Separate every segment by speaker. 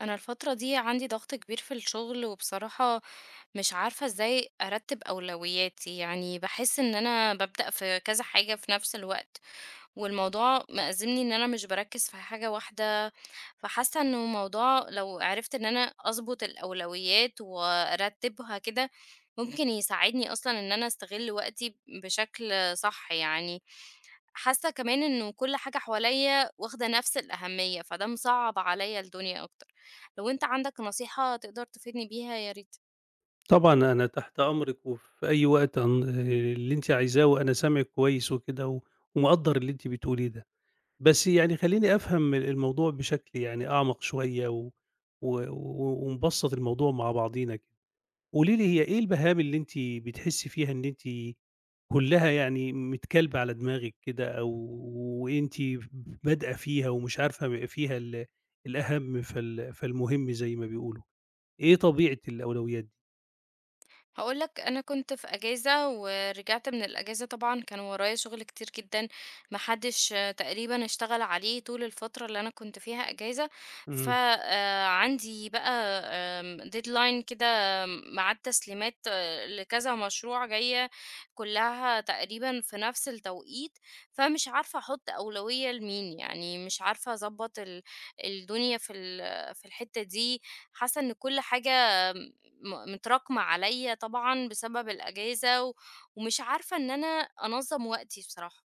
Speaker 1: انا الفتره دي عندي ضغط كبير في الشغل وبصراحه مش عارفه ازاي ارتب اولوياتي، يعني بحس ان انا ببدا في كذا حاجه في نفس الوقت، والموضوع مأزمني ان انا مش بركز في حاجه واحده. فحاسه انه الموضوع لو عرفت ان انا اظبط الاولويات وارتبها كده ممكن يساعدني اصلا ان انا استغل وقتي بشكل صح يعني. حاسة كمان إنه كل حاجة حواليّا واخدة نفس الأهمية، فده مصعّب عليّا الدنيا أكتر. لو أنت عندك نصيحة تقدر تفيدني بيها يا ريت.
Speaker 2: طبعًا أنا تحت أمرِك، وفي أي وقت أن اللي أنتِ عايزاه، وأنا سامعِك كويس وكده، ومقدّر اللي أنتِ بتقوليه ده. بس يعني خلّيني أفهم الموضوع بشكل يعني أعمق شوية، و و و ونبسّط الموضوع مع بعضينا كده. قولي لي هي إيه البهام اللي أنتِ بتحسّي فيها إن أنتِ كلّها يعني متكالبة على دماغِك كده، أو وأنتِ بادئة فيها ومش عارفة فيها الأهم فالمهم زي ما بيقولوا، إيه طبيعة الأولويات دي؟
Speaker 1: هاقول لك أنا كنت في أجازة، ورجعت من الأجازة طبعًا كان ورايا شغل كتير جدًا، ما حدش تقريبًا اشتغل عليه طول الفترة اللي أنا كنت فيها أجازة، ف
Speaker 2: إمم.
Speaker 1: عندي بقى deadline كده، ميعاد تسليمات لكذا مشروع جاية كلها تقريبًا في نفس التوقيت، فمش عارفة أحط أولوية لمين، يعني مش عارفة أضبط الدنيا في الحتة دي، حاسة إن كل حاجة متراكمة عليّا طبعًا بسبب الأجازة ومش عارفة إن أنا أنظّم وقتي بصراحة.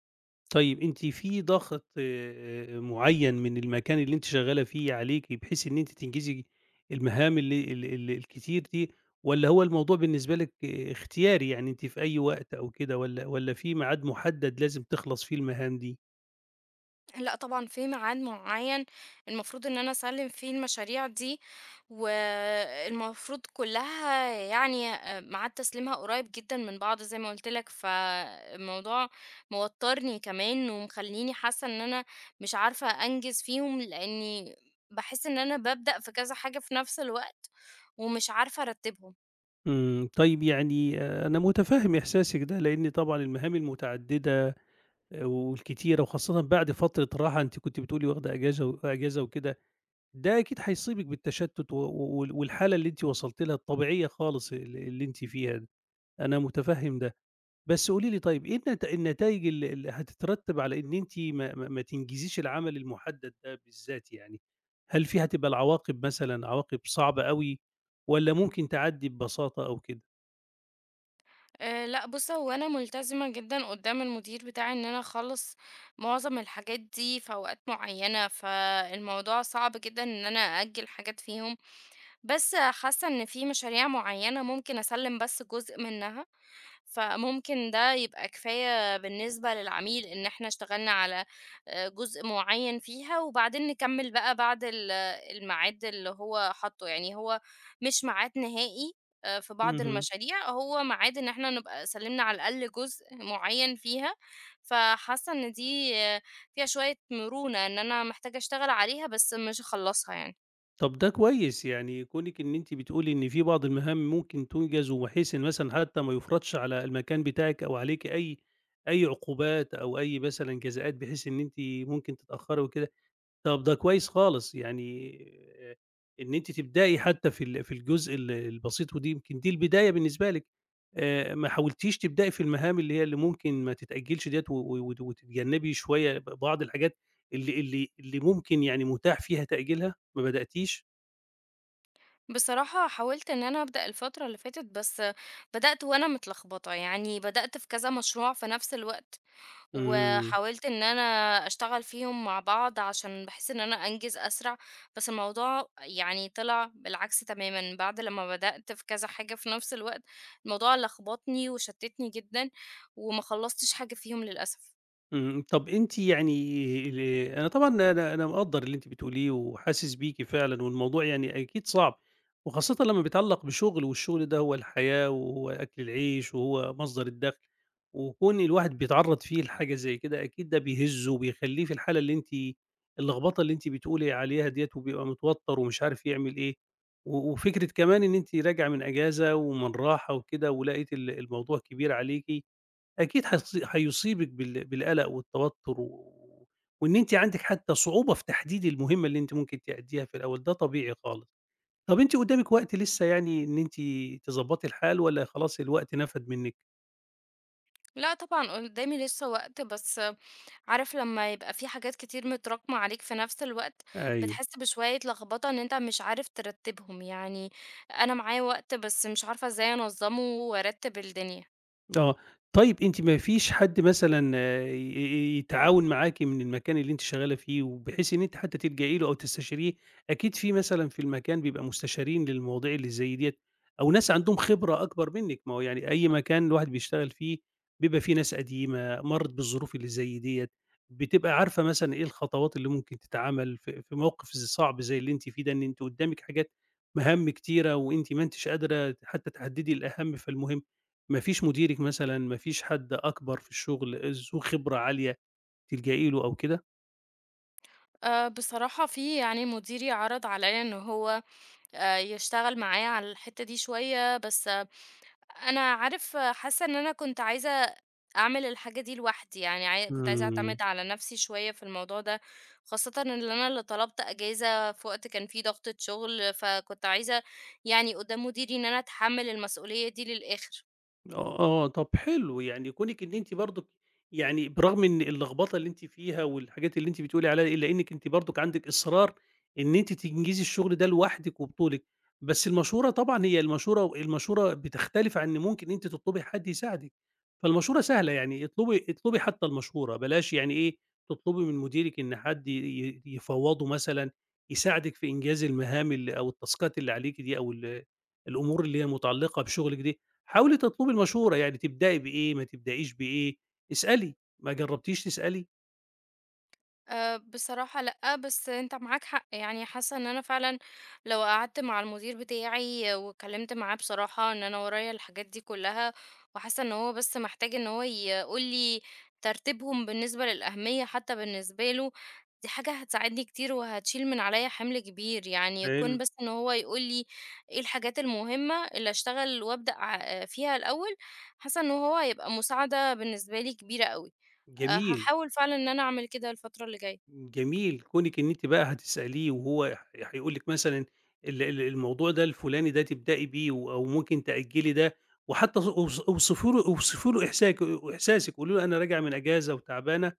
Speaker 2: طيب أنتِ في ضغط معيّن من المكان اللي أنتِ شغّالة فيه عليكِ بحيث إن أنتِ تنجزي المهام ال ال ال الكتير دي، والّا هو الموضوع بالنسبة لِك آه، اختياري، يعني أنتِ في أي وقت أو كده والّا في ميعاد محدد لازم تخلص فيه المهام دي؟
Speaker 1: لأ طبعًا في ميعاد معيّن المفروض إن أنا أسلِّم فيه المشاريع دي، والمفروض كلّها يعني ميعاد تسليمها قريّب جدًا من بعض زي ما قُلت لك، فالموضوع موتّرني كمان ومخلّيني حاسّة إن أنا مش عارفة أنجز فيهم، لإنّي باحس إن أنا بابدأ في كذا حاجة في نفس الوقت ومش عارفة أرتّبهم.
Speaker 2: إمم، طيب يعني آه، أنا متفهم إحساسِك ده، لإن طبعًا المهام المتعددة آه، والكتيرة وخاصةً بعد فترة راحة، أنتِ كنتِ بتقولي واخدة إجازة و إجازة وكده ده أكيد هيصيبِك بالتشتُّت و و وال والحالة اللي أنتِ وصلتِ لها الطبيعية خالص اللي أنتِ فيها دي، أنا مُتفهِّم ده. بس قولي لي طيب إيه النتايج اللي هتترتّب على إن أنتِ ما تنجزيش العمل المُحدَّد ده بالذات يعني؟ هل فيه هتبقى العواقب مثلًا عواقب صعبة أوي والّا ممكن تعدّي ببساطة أو كده؟
Speaker 1: أه لا بص، هو انا ملتزمه جدا قدام المدير بتاعي ان انا اخلص معظم الحاجات دي في اوقات معينه، فالموضوع صعب جدا ان انا ااجل حاجات فيهم، بس حاسه ان في مشاريع معينه ممكن اسلم بس جزء منها، فممكن ده يبقى كفاية بالنسبة للعميل إن إحنا اشتغلنا على جزء معين فيها وبعدين نكمل بقى بعد الميعاد اللي هو حاطه، يعني هو مش ميعاد نهائي. في بعض
Speaker 2: اهم.
Speaker 1: المشاريع هو ميعاد إن إحنا نبقى سلمنا على الأقل جزء معين فيها. فحاسة إن دي فيها شوية مرونة إن أنا محتاجة أشتغل عليها بس مش أخلصها يعني.
Speaker 2: طب ده كويس، يعني كونِك إن أنتِ بتقولي إن في بعض المهام ممكن تُنجز وبحيث إن مثلًا حتى ما يُفرضش على المكان بتاعِك أو عليكِ أي عقوبات أو أي مثلًا جزاءات بحيث إن أنتِ ممكن تتأخّري وكده، طب ده كويس خالص، يعني آآ إن أنتِ تبدئي حتى في الجزء البسيط ودي يمكن دي البداية بالنسبة لِك، ما حاولتيش تبدئي في المهام اللي ممكن ما تتأجّلش ديّة و و وت وتتجنّبي شوية بعض الحاجات اللي ممكن يعني متاح فيها تأجيلها، ما بدأتيش؟
Speaker 1: بصراحة حاولت إن أنا أبدأ الفترة اللي فاتت، بس بدأت وأنا متلخبطة، يعني بدأت في كذا مشروع في نفس الوقت
Speaker 2: إمم،
Speaker 1: وحاولت إن أنا أشتغل فيهم مع بعض عشان بحس إن أنا أنجز أسرع، بس الموضوع يعني طلع بالعكس تماما. بعد لما بدأت في كذا حاجة في نفس الوقت الموضوع لخبطني وشتتني جدا، وما خلصتش حاجة فيهم للأسف.
Speaker 2: إمم، طب أنتِ يعني ال أنا طبعًا أنا مقدّر اللي أنتِ بتقوليه وحاسس بيكِ فعلًا، والموضوع يعني أكيد صعب، وخاصةً لمّا بيتعلق بشغل، والشغل ده هو الحياة وهو أكل العيش وهو مصدر الدخل، وكون الواحد بيتعرّض فيه لحاجة زي كده أكيد ده بيهزّه وبيخلّيه في الحالة اللي أنتِ اللخبطة اللي أنتِ بتقولي عليها ديّة، وبيبقى متوتر ومش عارف يعمل إيه، و وفكرة كمان إن أنتِ راجعة من أجازة ومن راحة وكده، ولقيتِ الموضوع كبير عليكِ. أكيد هيصيبِك بالقلق والتوتر و وإن أنتِ عندِك حتى صعوبة في تحديد المهمة اللي أنتِ ممكن تأدّيها في الأول، ده طبيعي خالص. طَب أنتِ قدّامِك وقت لسه يعني إن أنتِ تضبّطي الحال والّا خلاص الوقت نفَد منِّك؟
Speaker 1: لا طبعا قدامي لسه وقت، بس عارف لما يبقى في حاجات كتير متراكمة عليك في نفس الوقت
Speaker 2: أيوه.
Speaker 1: بتحس بشوية لخبطة ان انت مش عارف ترتبهم يعني. انا معايا وقت بس مش عارفة ازاي انظمه وارتب الدنيا.
Speaker 2: آه. طيب أنتِ ما فيش حد مثلًا آه، يتعاون معاكِ من المكان اللي أنتِ شغالة فيه، وبحيث إن أنتِ حتى تلجئي له أو تستشيريه؟ أكيد في مثلًا في المكان بيبقى مستشارين للمواضيع اللي زي ديّة، أو ناس عندهم خبرة أكبر منِّك، ما هو يعني أي مكان الواحد بيشتغل فيه بيبقى فيه ناس قديمة مرّت بالظروف اللي زي ديّة، بتبقى عارفة مثلًا إيه الخطوات اللي ممكن تتعمل في موقف صعب زي اللي أنتِ فيه ده، إن أنتِ قدامِك حاجات مهام كتيرة وأنتِ ما أنتيش قادرة حتى تحددي الأهم فالمهم. ما فيش مديرِك مثلًا، ما فيش حد أكبر في الشغل ذو خبرة عالية تلجئي له أو كده؟
Speaker 1: أه بصراحة في يعني مديري عرض عليا ان هو أه يشتغل معايا على الحتة دي شوية، بس أنا حاسة إن أنا كنت عايزة أعمل الحاجة دي لوحدي، يعني كنت عايزة
Speaker 2: إمم.
Speaker 1: أعتمد على نفسي شوية في الموضوع ده، خاصةً إن أنا اللي طلبت أجازة في وقت كان فيه ضغطة شغل، فكنت عايزة يعني قدّام مديري إن أنا أتحمل المسؤولية دي للآخر.
Speaker 2: آه، آه، طب حلو، يعني كونِك إن أنتِ برضُك يعني برغم إن اللخبطة اللي أنتِ فيها والحاجات اللي أنتِ بتقولي عليها إلا إنِّك أنتِ برضُك عندِك إصرار إن أنتِ تنجزي الشغل ده لوحدِك وبطولِك، بس المشورة طبعًا هي المشورة بتختلف عن إن ممكن أنتِ تطلبي حد يساعدِك، فالمشورة سهلة يعني اطلبي حتى المشورة، بلاش يعني إيه، تطلبي من مديرِك إن حد يفوّضه مثلًا، يساعدِك في إنجاز المهام اللي أو التاسكات اللي عليكِ دي أو الأمور اللي هي متعلقة بشغلِك دي. حاولي تطلبي المشورة، يعني تبدئي بإيه، ما تبدئيش بإيه، اسألي، ما جرّبتيش تسألي؟
Speaker 1: أه بصراحة لأ، بس انت معاك حق، يعني حاسة ان انا فعلا لو قعدت مع المدير بتاعي واتكلمت معاه بصراحة ان انا ورايا الحاجات دي كلها، وحاسة ان هو بس محتاج ان هو يقولي ترتيبهم بالنسبة للأهمية حتى بالنسبة له. دي حاجة هتساعدني كتير وهتشيل من عليا حمل كبير، يعني
Speaker 2: حلو.
Speaker 1: يكون بس ان هو يقولي ايه الحاجات المهمة اللي اشتغل فيها الأول. حاسة ان هو هيبقى مساعدة بالنسبة لي كبيرة قوي. أه
Speaker 2: جميل.
Speaker 1: هحاول فعلا ان انا اعمل كده الفترة اللي جاية.
Speaker 2: جميل، كونِك إن أنتِ بقى هتسأليه وهو هيقول لِك مثلًا ال ال الموضوع ده الفلاني ده تبدئي بيه و أو ممكن تأجّلي ده، وحتى ص اوص اوصفي له اوصفي له إحساسِك، قولي له أنا راجعة من إجازة وتعبانة،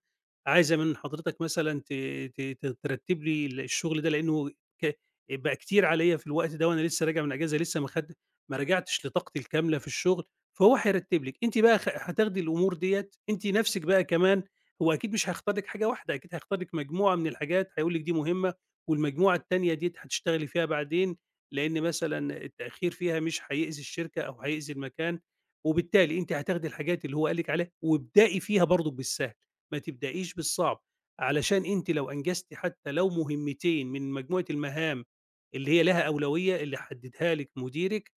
Speaker 2: عايزة من حضرتك مثلًا ت ت ت ترتّب لي الشغل ده لإنه ك بقى كتير عليّا في الوقت ده وأنا لسه راجع من إجازة لسه ما رجعتش لطاقتي الكاملة في الشغل، فهو هيرتّب لِك، أنتِ بقى هتاخدي الأمور ديّة أنتِ نَفْسِك بقى كمان هو أكيد مش هيختار لِك حاجة واحدة، أكيد هيختار لِك مجموعة من الحاجات، هيقول لِك دي مهمة والمجموعة التانية ديّة هتشتغلي فيها بعدين، لإن مثلًا التأخير فيها مش هيأذي الشركة أو هيأذي المكان، وبالتالي أنتِ هتاخدي الحاجات اللي هو قال لِك عليها، وابدئي فيها برضه بالسهل، ما تبدئيش بالصعب، علشان أنتِ لو أنجزتِ حتى لو مهمتين من مجموعة المهام اللي هي لها أولوية، اللي حددها لِك مديرِك،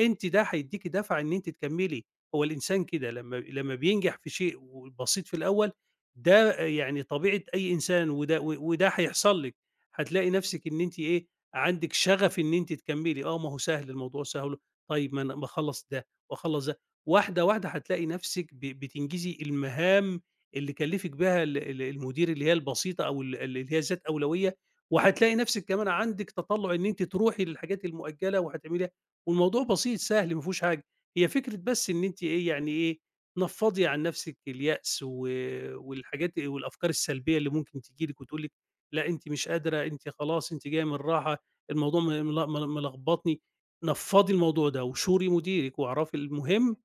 Speaker 2: أنتِ ده هيديكِ دفعة إن أنتِ تكملي، هو الإنسان كده لمّا بينجح في شيء و بسيط في الأول ده يعني طبيعة أي إنسان وده هيحصل لِك، هتلاقي نفسِك إن أنتِ إيه، عندِك شغف إن أنتِ تكمّلي، آه ما هو سهل الموضوع سهل، طيب ما أنا باخلّص ده وأخلّص ده، واحدة، واحدة هتلاقي نفسِك بتنجزي المهام اللي كلّفِك بها ال ال المدير اللي هي البسيطة أو اللي هي ذات أولوية، وهتلاقي نفسِك كمان عندِك تطلُّع إن أنتِ تروحي للحاجات المؤجّلة وهتعمليها، والموضوع بسيط سهل ما فيهوش حاجة، هي فكرة بس إن أنتِ إيه، يعني إيه، نفّضي عن نفسِك اليأس و والحاجات والأفكار السلبية اللي ممكن تيجي لِك وتقول لِك لأ أنتِ مش قادرة، أنتِ خلاص أنتِ جاية من راحة، الموضوع م مل مل ملخبطني، نفّضي الموضوع ده وشوري مديرِك واعرفي المهم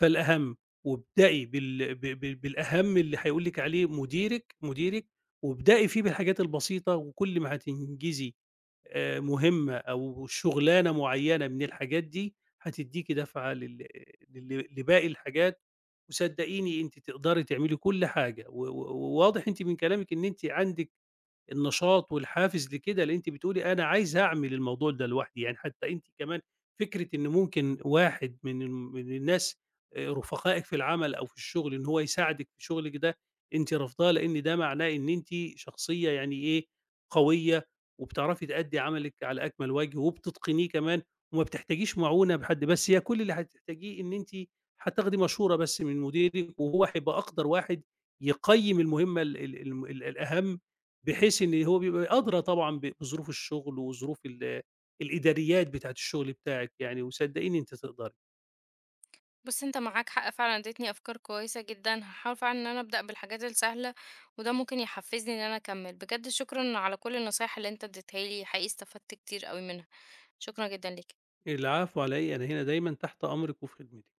Speaker 2: فالأهم، وابدئي بال ب ب بالأهم اللي هيقول لِك عليه مديرِك، وابدئي فيه بالحاجات البسيطة وكل ما هتنجزي مهمة أو شُغلانة معيّنة من الحاجات دي، هتدّيكِ دَفعة لل لل لباقي الحاجات، وصدّقيني أنتِ تقدري تعملي كل حاجة، و و وواضح أنتِ من كلامِك إن أنتِ عندِك النشاط والحافز لكده، لأن أنتِ بتقولي أنا عايزة أعمل الموضوع ده لوحدي، يعني حتى أنتِ كمان فكرة إن ممكن واحد من الناس رفقائِك في العمل أو في الشغل إن هو يساعدِك في شغلِك ده، أنتِ رافضاه لأن ده معناه إن أنتِ شخصية يعني إيه، قوية وبتعرفي تأدّي عملِك على أكمل وجه وبتتقنيه كمان وما بتحتاجيش معونة بحد، بس هي كل اللي هتحتاجيه إن أنتِ هتاخدي مشورة بس من مديرِك وهو هيبقى أقدر واحد يقيّم المهمة ال ال الم ال الأهم بحيث إن هو بيبقى أدرى طبعًا بظروف الشغل وظروف الإداريات بتاعة الشغل بتاعِك يعني، وصدقيني أنتِ تقدري.
Speaker 1: بُص أنت معاك حق فعلًا، اديتني أفكار كويسة جدًا، هاحاول فعلًا إن أنا أبدأ بالحاجات السهلة، وده ممكن يحفزني إن أنا أكمل. بجد شكرًا على كل النصايح اللي أنت اديتها لي، حقيقي استفدت كتير أوي منها، شكرًا جدًا ليك.
Speaker 2: العفو على إيه، أنا هنا دايمًا تحت أمرِك وفي خدمتِك.